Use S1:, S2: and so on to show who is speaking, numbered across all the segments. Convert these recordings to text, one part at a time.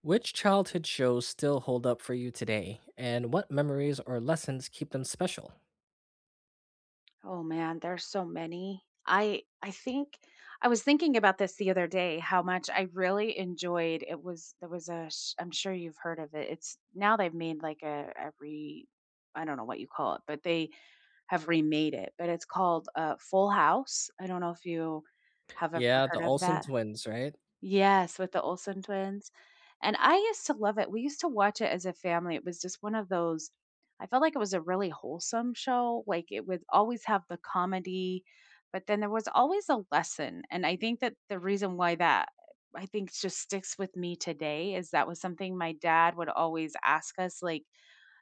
S1: Which childhood shows still hold up for you today, and what memories or lessons keep them special?
S2: Oh man, there's so many. I think I was thinking about this the other day how much I really enjoyed it was there was a sh- I'm sure you've heard of it. It's now they've made like a re I don't know what you call it, but they have remade it. But it's called Full House. I don't know if you have ever
S1: Yeah, the
S2: heard of
S1: Olsen
S2: that.
S1: twins, right?
S2: Yes, with the Olsen twins. And I used to love it. We used to watch it as a family. It was just one of those. I felt like it was a really wholesome show. Like it would always have the comedy, but then there was always a lesson. And I think that the reason why that I think just sticks with me today is that was something my dad would always ask us, like,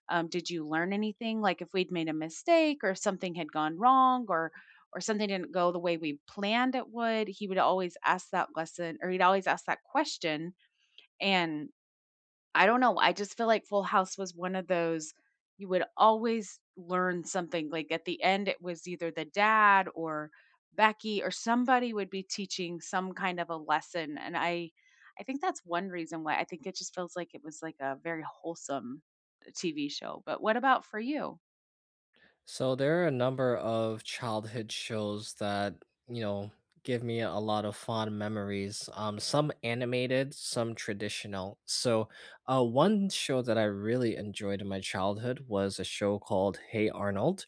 S2: did you learn anything? Like if we'd made a mistake or something had gone wrong or something didn't go the way we planned it would, he would always ask that lesson or he'd always ask that question. And I don't know, I just feel like Full House was one of those you would always learn something, like, at the end, it was either the dad or Becky or somebody would be teaching some kind of a lesson, and I think that's one reason why I think it just feels like it was, like, a very wholesome TV show. But what about for you?
S1: So there are a number of childhood shows that, you know, give me a lot of fond memories. Some animated, some traditional. So one show that I really enjoyed in my childhood was a show called Hey Arnold.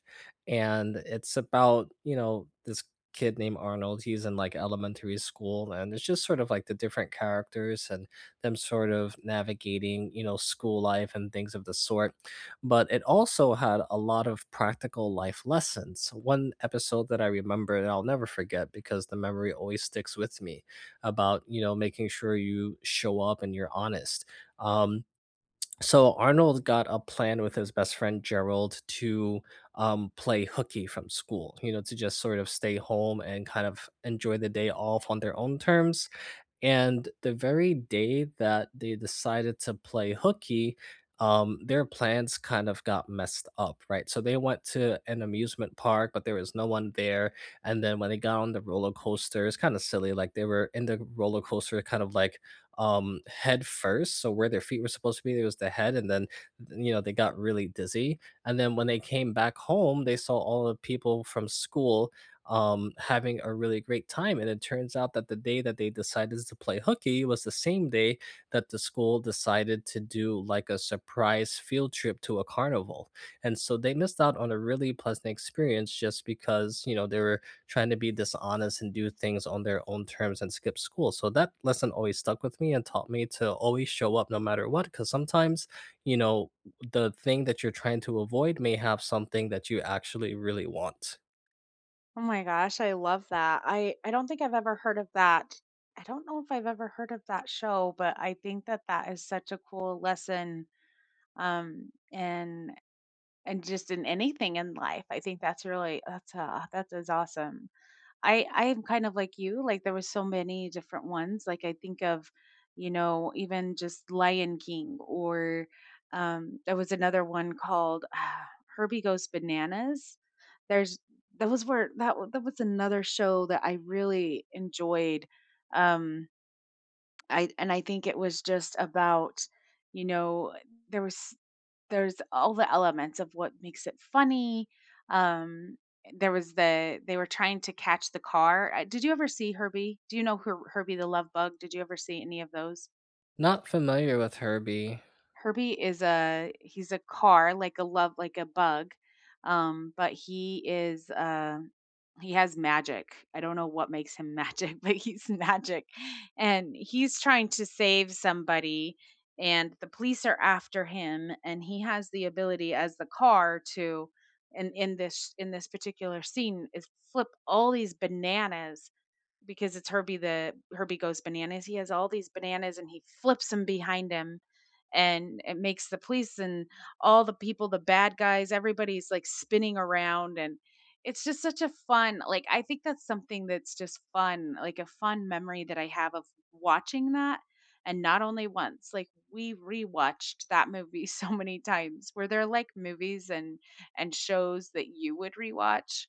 S1: And it's about, you know, this kid named Arnold. He's in like elementary school and it's just sort of like the different characters and them sort of navigating, you know, school life and things of the sort, but it also had a lot of practical life lessons. One episode that I remember and I'll never forget because the memory always sticks with me, about, you know, making sure you show up and you're honest. Um, so Arnold got a plan with his best friend Gerald to play hooky from school, you know, to just sort of stay home and kind of enjoy the day off on their own terms, and the very day that they decided to play hooky, their plans kind of got messed up, right? So they went to an amusement park, but there was no one there. And then when they got on the roller coaster, it's kind of silly. Like they were in the roller coaster, kind of like head first. So where their feet were supposed to be, there was the head. And then, you know, they got really dizzy. And then when they came back home, they saw all the people from school having a really great time. And it turns out that the day that they decided to play hooky was the same day that the school decided to do like a surprise field trip to a carnival. And so they missed out on a really pleasant experience just because, you know, they were trying to be dishonest and do things on their own terms and skip school. So that lesson always stuck with me and taught me to always show up no matter what. Because sometimes, you know, the thing that you're trying to avoid may have something that you actually really want.
S2: Oh my gosh, I love that. I don't think I've ever heard of that. I don't know if I've ever heard of that show, but I think that that is such a cool lesson, and just in anything in life. I think that's really that is awesome. I am kind of like you. Like there was so many different ones. Like I think of, you know, even just Lion King or there was another one called Herbie Goes Bananas. There's that was another show that I really enjoyed. Um I and I think it was just about, you know, there was there's all the elements of what makes it funny. Um, there was they were trying to catch the car. Did you ever see Herbie? Do you know Herbie the Love Bug? Did you ever see any of those?
S1: Not familiar with Herbie.
S2: Herbie is a he's a car, like a love like a bug, but he is, he has magic. I don't know what makes him magic, but he's magic, and he's trying to save somebody, and the police are after him, and he has the ability as the car to and in this particular scene is flip all these bananas because it's Herbie Goes Bananas. He has all these bananas and he flips them behind him and it makes the police and all the people, the bad guys, everybody's like spinning around. And it's just such a fun, like, I think that's something that's just fun, like a fun memory that I have of watching that. And not only once, like we rewatched that movie so many times. Were there like movies and shows that you would rewatch?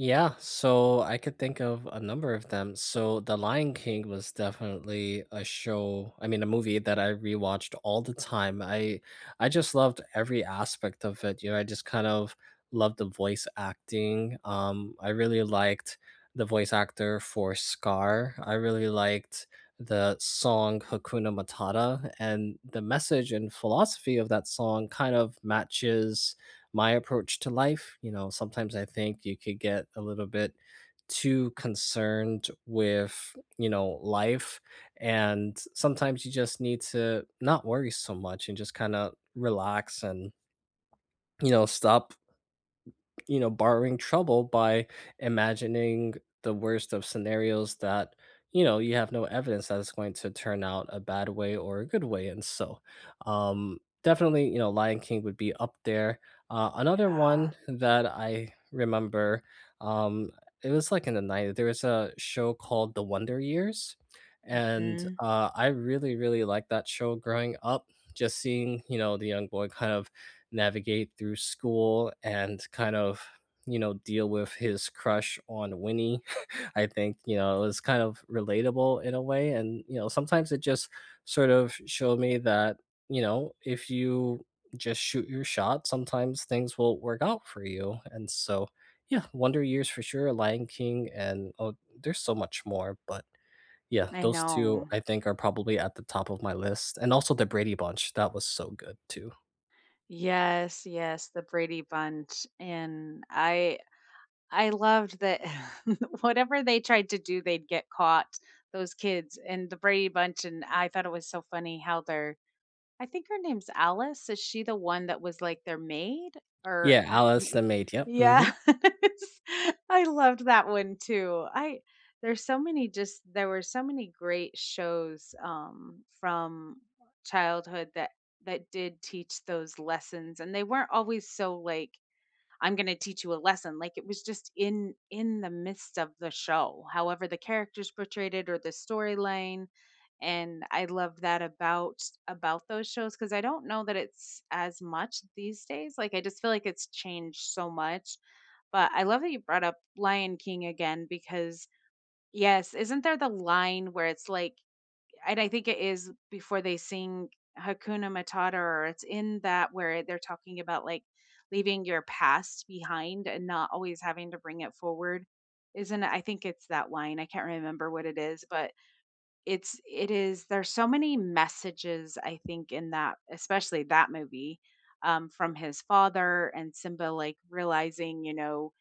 S1: Yeah, so I could think of a number of them. So The Lion King was definitely a show, I mean a movie that I rewatched all the time. I just loved every aspect of it. You know, I just kind of loved the voice acting. I really liked the voice actor for Scar. I really liked the song Hakuna Matata, and the message and philosophy of that song kind of matches my approach to life. You know, sometimes I think you could get a little bit too concerned with, you know, life. And sometimes you just need to not worry so much and just kind of relax and, you know, stop, you know, borrowing trouble by imagining the worst of scenarios that, you know, you have no evidence that it's going to turn out a bad way or a good way. And so, definitely, you know, Lion King would be up there. Another
S2: Yeah.
S1: one that I remember, um, it was like in the 90s, there was a show called The Wonder Years. And
S2: Mhm.
S1: uh, I really, really liked that show growing up. Just seeing, you know, the young boy kind of navigate through school and kind of, you know, deal with his crush on Winnie. I think, you know, it was kind of relatable in a way. And, you know, sometimes it just sort of showed me that, you know, if you just shoot your shot, sometimes things will work out for you. And so, yeah, Wonder Years for sure, Lion King, and oh, there's so much more. But yeah,
S2: I
S1: those two
S2: know.
S1: I think are probably at the top of my list. And also the Brady Bunch. That was so good too.
S2: Yes, yes, the Brady Bunch. And I loved that. Whatever they tried to do, they'd get caught, those kids, and the Brady Bunch. And I thought it was so funny how they're I think her name's Alice. Is she the one that was like their maid or
S1: Yeah,
S2: I-
S1: Alice
S2: y-
S1: the maid, yep,
S2: yeah.
S1: mhm.
S2: I loved that one too. I there's so many just there were so many great shows from childhood that that did teach those lessons, and they weren't always so like I'm going to teach you a lesson. Like it was just in the midst of the show, however the characters portrayed it or the storyline. And I love that about those shows because I don't know that it's as much these days. Like I just feel like it's changed so much. But I love that you brought up Lion King again because yes, isn't there the line where it's like and I think it is before they sing Hakuna Matata, or it's in that where they're talking about like leaving your past behind and not always having to bring it forward. Isn't it? I think it's that line. I can't remember what it is, but it is, there's so many messages, I think, in that, especially that movie, from his father and Simba, like realizing, you know,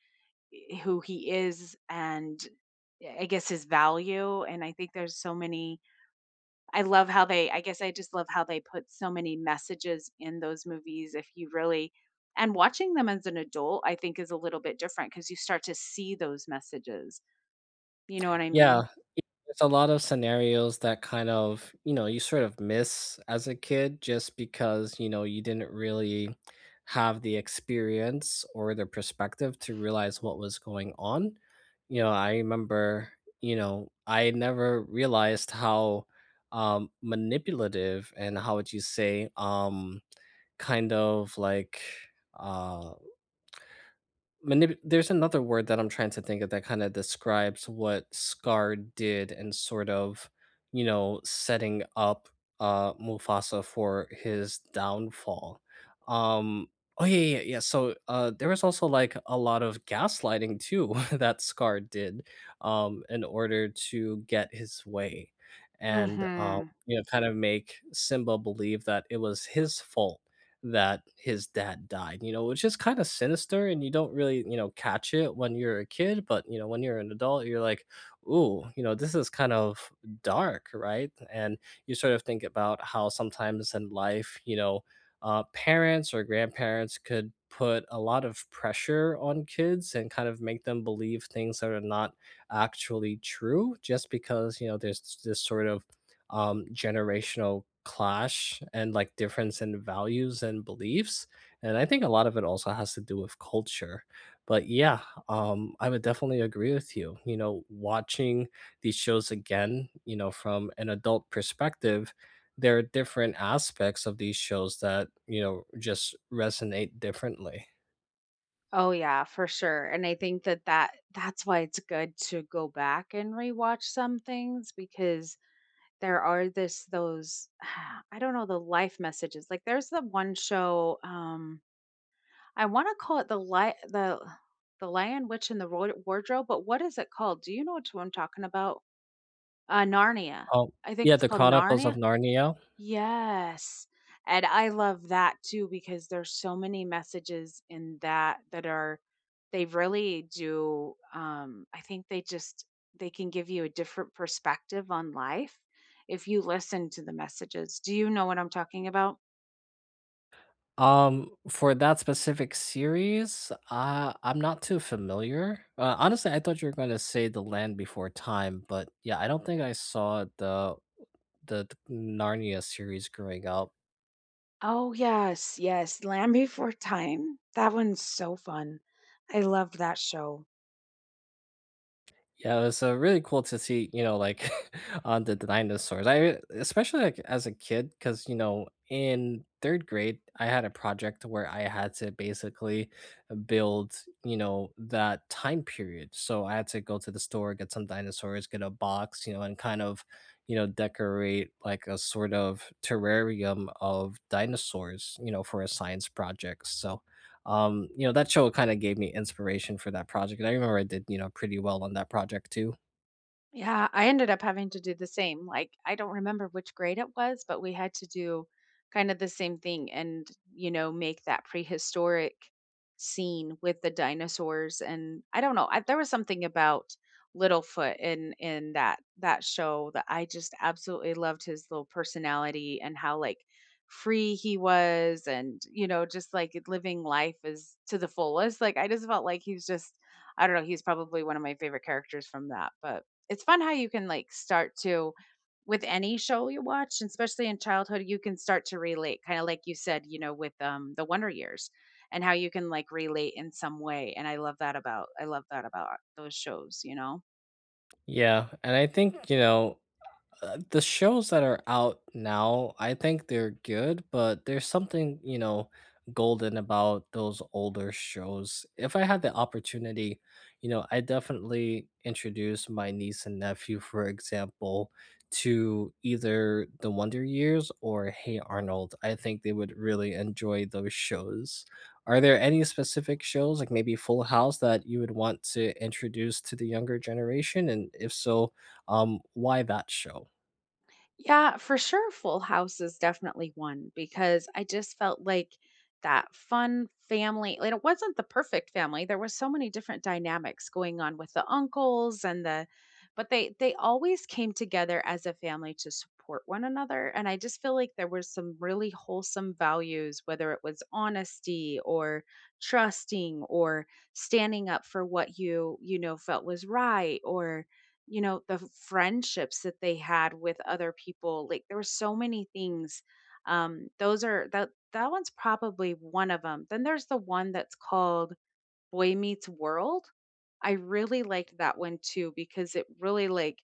S2: who he is and I guess his value. And I think there's so many I love how they I guess I just love how they put so many messages in those movies if you really and watching them as an adult, I think is a little bit different because you start to see those messages. You know what I
S1: Yeah,
S2: mean?
S1: it there's a lot of scenarios that kind of, you know, you sort of miss as a kid just because, you know, you didn't really have the experience or the perspective to realize what was going on. You know, I remember, you know, I never realized how, manipulative and how would you say, kind of like, uh Manip there's another word that I'm trying to think of that kinda describes what Scar did and sort of, you know, setting up, Mufasa for his downfall. Um oh, yeah, yeah, yeah, so, there was also, like, a lot of gaslighting too that Scar did, in order to get his way and,
S2: Mhm.
S1: you know, kind of make Simba believe that it was his fault that his dad died, you know, which is kinda sinister and you don't really, you know, catch it when you're a kid, but, you know, when you're an adult, you're like, "Ooh, you know, this is kind of dark," right? And you sort of think about how sometimes in life, you know, parents or grandparents could put a lot of pressure on kids and kind of make them believe things that are not actually true just because, you know, there's this sort of generational clash and like difference in values and beliefs. And I think a lot of it also has to do with culture, but yeah, I would definitely agree with you. You know, watching these shows again, you know, from an adult perspective, there are different aspects of these shows that, you know, just resonate differently.
S2: Oh yeah, for sure. And I think that that's why it's good to go back and rewatch some things because there are this those I don't know the life messages. Like there's the one show I want to call it the Lion Witch and the Wardrobe, but what is it called? Do you know what I'm talking about? Narnia.
S1: Oh
S2: I think
S1: yeah,
S2: it's
S1: the
S2: called
S1: Chronicles of
S2: Narnia.
S1: Narnia.
S2: Yes. And I love that too because there's so many messages in that that are they really do I think they just they can give you a different perspective on life if you listen to the messages. Do you know what I'm talking about?
S1: For that specific series, I'm not too familiar. Honestly, I thought you were going to say The Land Before Time, but yeah, I don't think I saw the Narnia series growing up.
S2: Oh, yes, yes, Land Before Time. That one's so fun. I love that show.
S1: Yeah, it was, really cool to see, you know, like, on the dinosaurs. I especially, like, as a kid because you know, in 3rd grade, I had a project where I had to basically build, you know, that time period. So I had to go to the store, get some dinosaurs, get a box, you know, and kind of, you know, decorate, like, a sort of terrarium of dinosaurs, you know, for a science project. So you know, that show kind of gave me inspiration for that project, and I remember I did, you know, pretty well on that project too.
S2: Yeah, I ended up having to do the same. Like, I don't remember which grade it was, but we had to do kind of the same thing and, you know, make that prehistoric scene with the dinosaurs. And I don't know, I, there was something about Littlefoot in that that show that I just absolutely loved his little personality and how like free he was. And you know, just like living life is to the fullest, like I just felt like he's just I don't know he's probably one of my favorite characters from that. But it's fun how you can like start to with any show you watch, and especially in childhood, you can start to relate, kind of like you said, you know, with the Wonder Years and how you can like relate in some way. And I love that about I love that about those shows, you know.
S1: Yeah, and I think, you know, the shows that are out now, I think they're good, but there's something, you know, golden about those older shows. If I had the opportunity, you know, I definitely introduce my niece and nephew, for example, to either The Wonder Years or Hey Arnold. I think they would really enjoy those shows. Are there any specific shows, like maybe Full House, that you would want to introduce to the younger generation? And if so, why that show?
S2: Yeah, for sure. Full House is definitely one because I just felt like that fun family. Like it wasn't the perfect family. There was so many different dynamics going on with the uncles and the, but they always came together as a family to support one another. And I just feel like there was some really wholesome values, whether it was honesty or trusting or standing up for what you know felt was right or you know, the friendships that they had with other people. Like there were so many things. Those are that that one's probably one of them. Then there's the one that's called Boy Meets World. I really liked that one too because it really like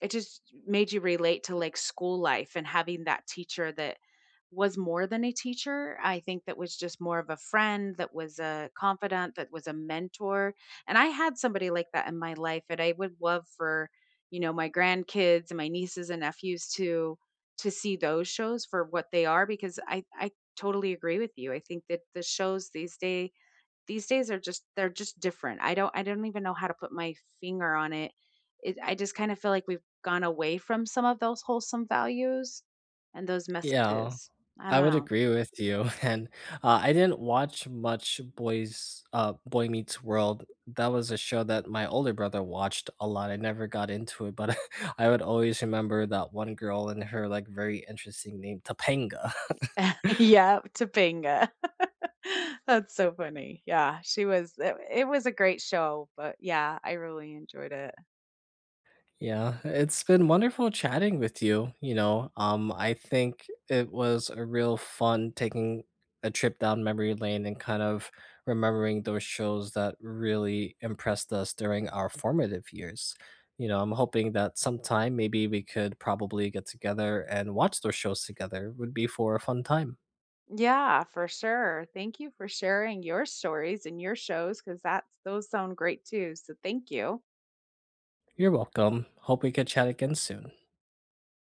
S2: it just made you relate to, like, school life and having that teacher that was more than a teacher. I think that was just more of a friend, that was a confidant, that was a mentor, and I had somebody like that in my life, and I would love for, you know, my grandkids and my nieces and nephews to see those shows for what they are because I totally agree with you. I think that the shows these days are just they're just different. I don't even know how to put my finger on it. It I just kind of feel like we've gone away from some of those wholesome values and those
S1: Yeah,
S2: messages. I don't
S1: I would
S2: know.
S1: agree with you. And I didn't watch much Boy Meets World. That was a show that my older brother watched a lot. I never got into it, but I would always remember that one girl and her like very interesting name, Topanga.
S2: Yeah, Topanga. That's so funny. Yeah, she was it, it was a great show, but yeah, I really enjoyed it.
S1: Yeah, it's been wonderful chatting with you, you know. I think it was a real fun taking a trip down memory lane and kind of remembering those shows that really impressed us during our formative years. You know, I'm hoping that sometime maybe we could probably get together and watch those shows together. Would be for a fun time.
S2: Yeah, for sure. Thank you for sharing your stories and your shows cuz that's those sound great too. So thank you.
S1: You're welcome. Hope we could chat again soon.